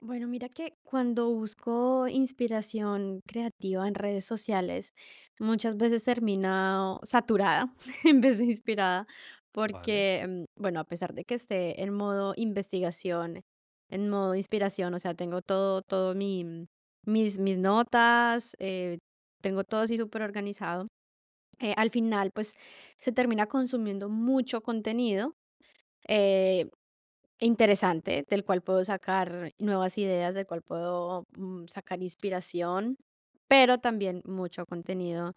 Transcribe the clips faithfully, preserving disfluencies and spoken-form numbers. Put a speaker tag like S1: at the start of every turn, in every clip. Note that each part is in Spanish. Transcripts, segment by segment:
S1: Bueno, mira que cuando busco inspiración creativa en redes sociales, muchas veces termino saturada en vez de inspirada,
S2: Vale,
S1: porque, mm, bueno, a pesar de que esté en modo investigación, en modo inspiración, o sea, tengo todo, todo mi, mm, mis, mis notas, eh, tengo todo así súper organizado. Eh, al final, pues se termina consumiendo mucho contenido eh, interesante, del cual puedo sacar nuevas ideas, del cual puedo mm, sacar inspiración, pero también mucho contenido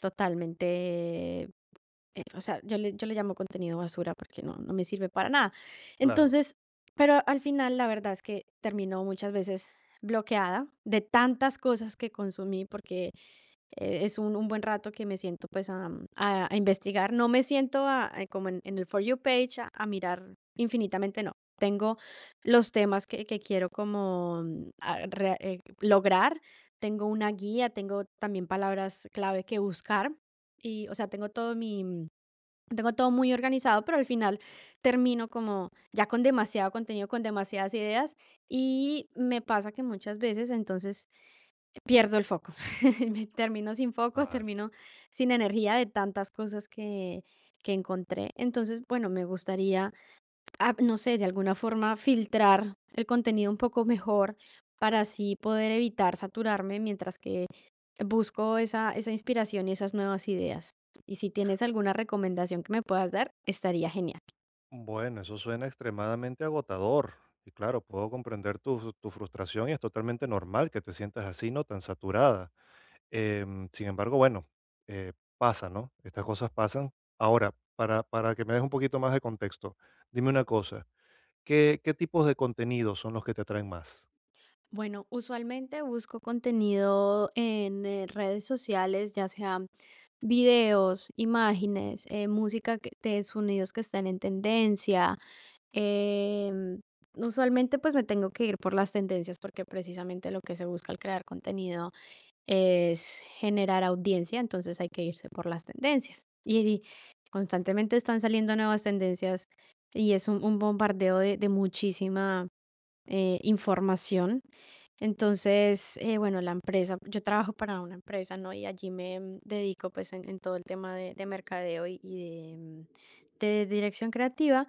S1: totalmente, eh, o sea, yo le, yo le llamo contenido basura porque no, no me sirve para nada.
S2: claro,
S1: Entonces, pero al final la verdad es que termino muchas veces bloqueada de tantas cosas que consumí porque eh, es un un buen rato que me siento, pues, a mm, a a investigar. No me siento a a como en en el For You page a a mirar infinitamente, no. Tengo los temas que que quiero como, ah, re eh, lograr, tengo una guía, tengo también palabras clave que buscar y, o sea, tengo todo mi mm, tengo todo muy organizado, pero al final termino como ya con demasiado contenido, con demasiadas ideas y me pasa que muchas veces entonces pierdo el foco. Me termino sin foco,
S2: vale.
S1: termino sin energía de tantas cosas que que encontré. Entonces, bueno, me gustaría, ah, no sé, de alguna forma filtrar el contenido un poco mejor para así poder evitar saturarme mientras que busco esa esa inspiración y esas nuevas ideas. Y si tienes alguna recomendación que me puedas dar, estaría genial.
S2: Bueno, eso suena extremadamente agotador. Y claro, puedo comprender tu, tu frustración y es totalmente normal que te sientas así, ¿no? Tan saturada. Em, sin embargo, bueno, eh, pasa, ¿no? Estas cosas pasan. Ahora, para, para que me des un poquito más de contexto, dime una cosa. ¿Qué, qué tipos de contenidos son los que te atraen más?
S1: Bueno, usualmente busco contenido en eh, redes sociales, ya sea videos, imágenes, eh, música que- de sonidos que están en tendencia. em, Usualmente pues me tengo que ir por las tendencias porque precisamente lo que se busca al crear contenido es generar audiencia, entonces hay que irse por las tendencias. Y, y constantemente están saliendo nuevas tendencias y es un, un bombardeo de de muchísima eh, información. Entonces, eh, bueno, la empresa, yo trabajo para una empresa, ¿no? Y allí me mm, dedico pues en, en todo el tema de, de mercadeo y, y de, mm, de dirección creativa.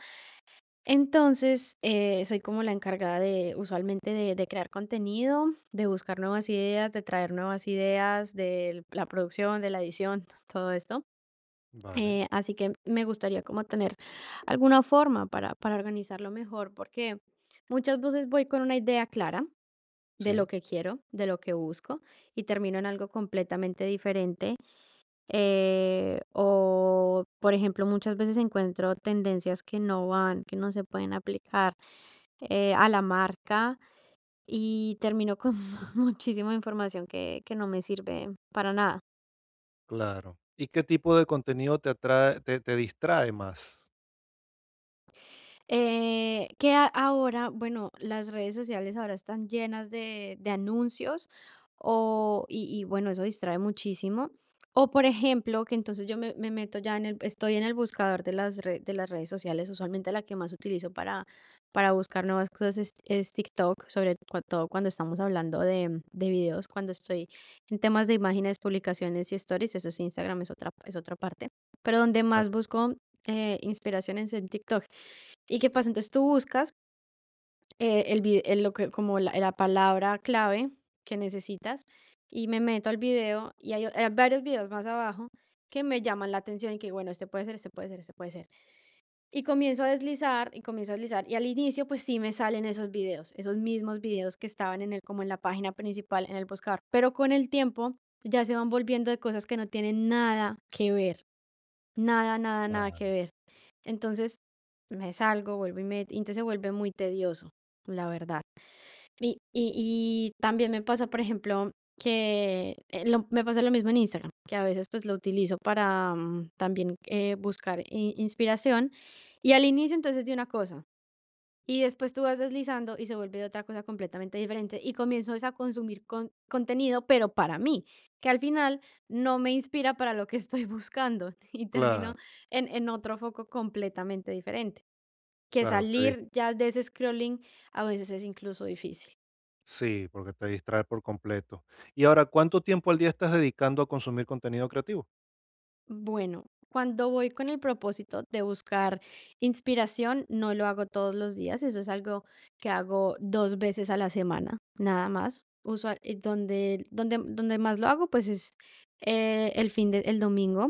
S1: Entonces, eh, soy como la encargada de usualmente de, de crear contenido, de buscar nuevas ideas, de traer nuevas ideas, de la producción, de la edición, todo esto.
S2: Vale,
S1: Eh, así que me gustaría como tener alguna forma para, para organizarlo mejor porque muchas veces voy con una idea clara de lo
S2: sí,
S1: que quiero, de lo que busco y termino en algo completamente diferente. Eh, o, por ejemplo, muchas veces encuentro tendencias que no van, que no se pueden aplicar eh, a la marca y termino con muchísima información que, que no me sirve para nada.
S2: claro. ¿Y qué tipo de contenido te atrae, te, te distrae más?
S1: Eh, que a- ahora, bueno, las redes sociales ahora están llenas de, de anuncios o, y, y bueno, eso distrae muchísimo. O por ejemplo, que entonces yo me, me meto ya en el, estoy en el buscador de las, re- de las redes sociales, usualmente la que más utilizo para, para buscar nuevas cosas es, es TikTok, sobre cua- todo cuando estamos hablando de, de videos, cuando estoy en temas de imágenes, publicaciones y stories, eso es Instagram, es otra, es otra parte, pero donde
S2: Ah,
S1: más busco eh, inspiración es en TikTok. ¿Y qué pasa? Entonces tú buscas, eh, el vi el lo que como la la palabra clave que necesitas, y me meto al video, y hay o hay varios videos más abajo que me llaman la atención y que, bueno, este puede ser, este puede ser, este puede ser. Y comienzo a deslizar, y comienzo a deslizar, y al inicio, pues sí me salen esos videos, esos mismos videos que estaban en el como en la página principal, en el buscar, pero con el tiempo ya se van volviendo de cosas que no tienen nada que ver. Nada, nada, nada
S2: Claro,
S1: que ver. Entonces, me salgo, vuelvo y me entonces se vuelve muy tedioso, la verdad. Y y y también me pasa, por ejemplo, que, eh, lo me pasa lo mismo en Instagram, que a veces, pues, lo utilizo para, mm, también, eh, buscar i inspiración, y al inicio entonces de una cosa y después tú vas deslizando y se vuelve otra cosa completamente diferente y comienzo es a consumir con contenido, pero para mí, que al final no me inspira para lo que estoy buscando y termino
S2: claro,
S1: en en otro foco completamente diferente, que
S2: claro, te
S1: salir ya de ese scrolling a veces es incluso difícil.
S2: sí, porque te distrae por completo. Y ahora, ¿cuánto tiempo al día estás dedicando a consumir contenido creativo?
S1: Bueno, cuando voy con el propósito de buscar inspiración, no lo hago todos los días, eso es algo que hago dos veces a la semana, nada más. Usual, eh, donde, donde, donde más lo hago, pues es eh, el fin de, el domingo,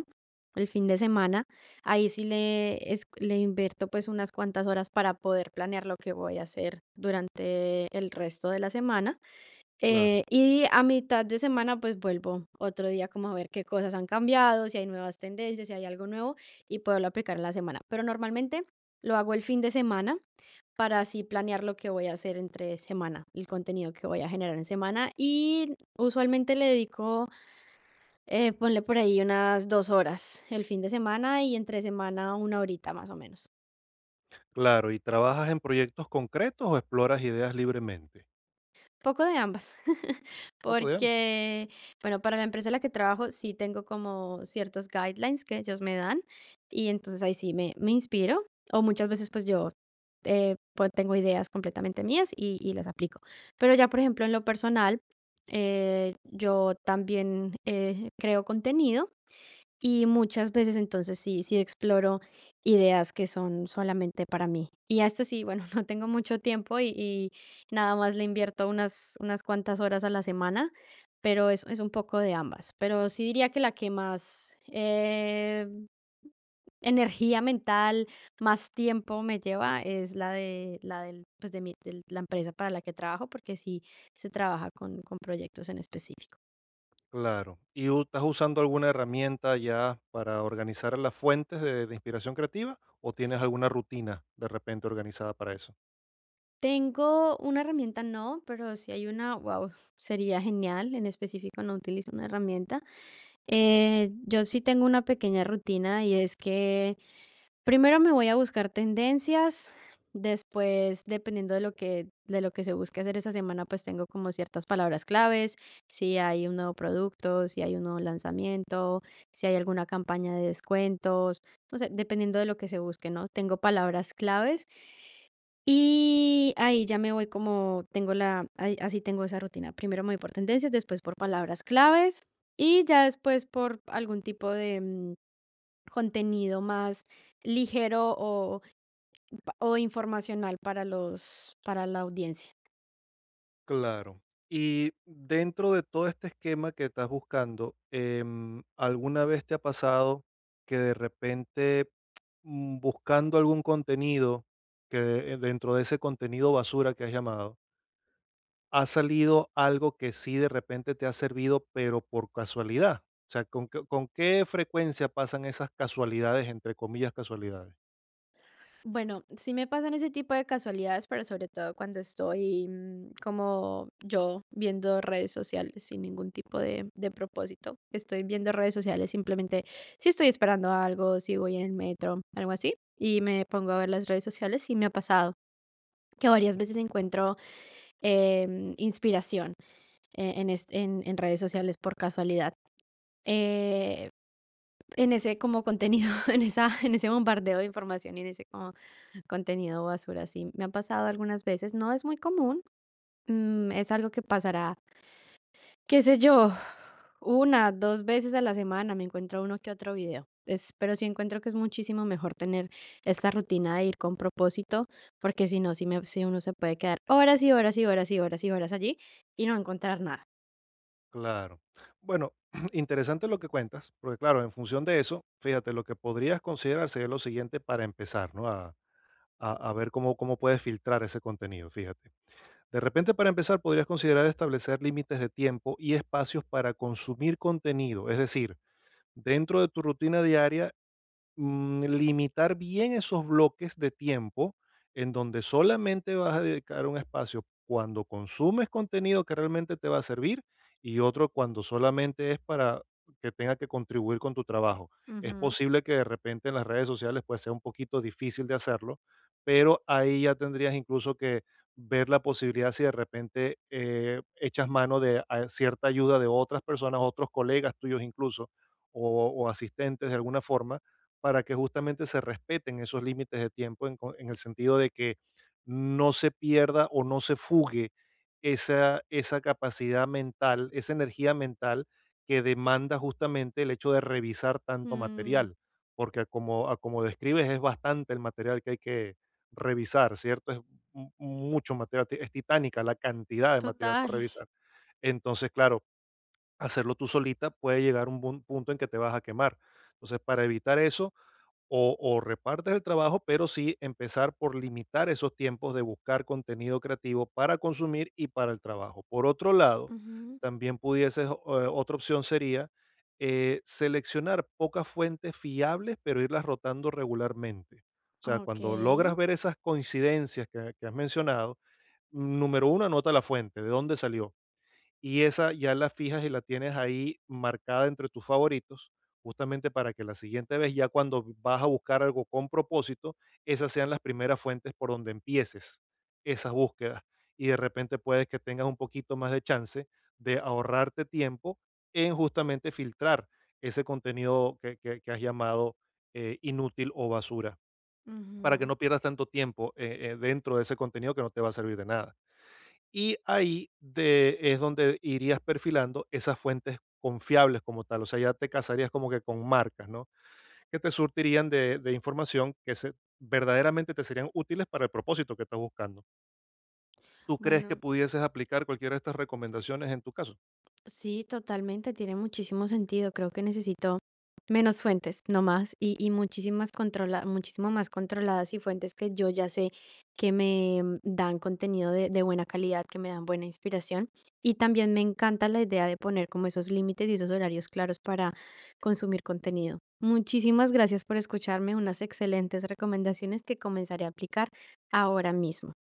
S1: el fin de semana. Ahí sí le, es- le invierto pues unas cuantas horas para poder planear lo que voy a hacer durante el resto de la semana.
S2: Claro.
S1: Eh, y a mitad de semana, pues vuelvo otro día como a ver qué cosas han cambiado, si hay nuevas tendencias, si hay algo nuevo y poderlo aplicar en la semana. Pero normalmente lo hago el fin de semana para así planear lo que voy a hacer entre semana, el contenido que voy a generar en semana y usualmente le dedico, eh, ponle por ahí unas dos horas el fin de semana y entre semana una horita más o menos.
S2: Claro, ¿y trabajas en proyectos concretos o exploras ideas libremente?
S1: Poco de ambas,
S2: Poco de ambos.
S1: porque, bueno, para la empresa en la que trabajo sí tengo como ciertos guidelines que ellos me dan y entonces ahí sí me, me inspiro o muchas veces pues yo eh, pues tengo ideas completamente mías y, y las aplico. Pero ya, por ejemplo, en lo personal, eh, yo también eh, creo contenido y muchas veces entonces sí, sí exploro ideas que son solamente para mí. Y hasta sí, bueno, no tengo mucho tiempo y, y nada más le invierto unas, unas cuantas horas a la semana, pero es, es un poco de ambas. Pero sí diría que la que más eh, energía mental, más tiempo me lleva es la de la del, pues de mi, de la empresa para la que trabajo, porque sí se trabaja con, con proyectos en específico.
S2: Claro. ¿Y u- estás usando alguna herramienta ya para organizar las fuentes de, de inspiración creativa o tienes alguna rutina de repente organizada para eso?
S1: Tengo una herramienta no, pero si hay una, wow, sería genial. En específico no utilizo una herramienta. Eh, yo sí tengo una pequeña rutina y es que primero me voy a buscar tendencias, después dependiendo de lo que de lo que se busque hacer esa semana, pues tengo como ciertas palabras claves, si hay un nuevo producto, si hay un nuevo lanzamiento, si hay alguna campaña de descuentos, no sé, dependiendo de lo que se busque, ¿no? Tengo palabras claves y ahí ya me voy como tengo la ahí así tengo esa rutina. Primero me voy por tendencias, después por palabras claves y ya después por algún tipo de, mm, contenido más ligero o pa o informacional para los para la audiencia.
S2: Claro. Y dentro de todo este esquema que estás buscando, em, ¿alguna vez te ha pasado que de repente mm, buscando algún contenido, que de- eh, dentro de ese contenido basura que has llamado, ha salido algo que sí de repente te ha servido, pero por casualidad? O sea, ¿con, qué- con qué frecuencia pasan esas casualidades, entre comillas, casualidades?
S1: Bueno, sí me pasan ese tipo de casualidades, pero sobre todo cuando estoy mm, como yo viendo redes sociales sin ningún tipo de, de propósito. Estoy viendo redes sociales simplemente si estoy esperando algo, si voy en el metro, algo así, y me pongo a ver las redes sociales y me ha pasado que varias veces encuentro em, inspiración eh, en, es- en, en redes sociales por casualidad. eh, en ese como contenido, en, esa, en ese bombardeo de información y en ese como contenido basura, sí, me ha pasado algunas veces, no es muy común, mm, es algo que pasará, qué sé yo, una dos veces a la semana, me encuentro uno que otro video. Es pero sí encuentro que es muchísimo mejor tener esta rutina de ir con propósito, porque si no, si me sí uno se puede quedar horas y horas y horas y horas y horas allí y no encontrar nada.
S2: Claro. Bueno, interesante lo que cuentas, porque claro, en función de eso, fíjate, lo que podrías considerar sería lo siguiente para empezar, ¿no? A, a, a ver cómo, cómo puedes filtrar ese contenido, fíjate. De repente, para empezar, podrías considerar establecer límites de tiempo y espacios para consumir contenido, es decir, dentro de tu rutina diaria mm, limitar bien esos bloques de tiempo en donde solamente vas a dedicar un espacio cuando consumes contenido que realmente te va a servir y otro cuando solamente es para que tenga que contribuir con tu trabajo. Es
S1: Ujú.
S2: posible que de repente en las redes sociales pues sea un poquito difícil de hacerlo, pero ahí ya tendrías incluso que ver la posibilidad si de repente eh, echas mano de a- cierta ayuda de otras personas, otros colegas tuyos incluso, o o asistentes de alguna forma, para que justamente se respeten esos límites de tiempo en, co- en el sentido de que no se pierda o no se fugue esa, esa capacidad mental, esa energía mental que demanda justamente el hecho de revisar tanto
S1: Mm,
S2: material, porque a como, a como describes es bastante el material que hay que revisar, ¿cierto? Es mu- mucho material, ti- es titánica la cantidad de material
S1: total.
S2: por revisar. Entonces, claro, hacerlo tú solita puede llegar a un bun- punto en que te vas a quemar. Entonces, para evitar eso, o, o repartes el trabajo, pero sí empezar por limitar esos tiempos de buscar contenido creativo para consumir y para el trabajo. Por otro lado,
S1: Ujú.
S2: también pudieses, eh, otra opción sería eh, seleccionar pocas fuentes fiables, pero irlas rotando regularmente. O sea, cuando
S1: Okey.
S2: logras ver esas coincidencias que, que has mencionado, número uno, anota la fuente, de dónde salió y esa ya la fijas y la tienes ahí marcada entre tus favoritos, justamente para que la siguiente vez, ya cuando vas a buscar algo con propósito, esas sean las primeras fuentes por donde empieces esas búsquedas. Y de repente puedes que tengas un poquito más de chance de ahorrarte tiempo en justamente filtrar ese contenido que, que- que has llamado eh, inútil o basura, para que
S1: Ujú.
S2: no pierdas tanto tiempo eh, eh, dentro de ese contenido que no te va a servir de nada. Y ahí de, es donde irías perfilando esas fuentes confiables como tal. O sea, ya te casarías como que con marcas, ¿no? Que te surtirían de, de información que se, verdaderamente te serían útiles para el propósito que estás buscando. ¿Tú crees que
S1: Bueno,
S2: pudieses aplicar cualquiera de estas recomendaciones en tu caso?
S1: sí, totalmente, tiene muchísimo sentido. Creo que necesito menos fuentes, no más, y, y muchísimas controla, muchísimo más controladas y fuentes que yo ya sé que me mm, dan contenido de, de buena calidad, que me dan buena inspiración. Y también me encanta la idea de poner como esos límites y esos horarios claros para consumir contenido. Muchísimas gracias por escucharme, unas excelentes recomendaciones que comenzaré a aplicar ahora mismo.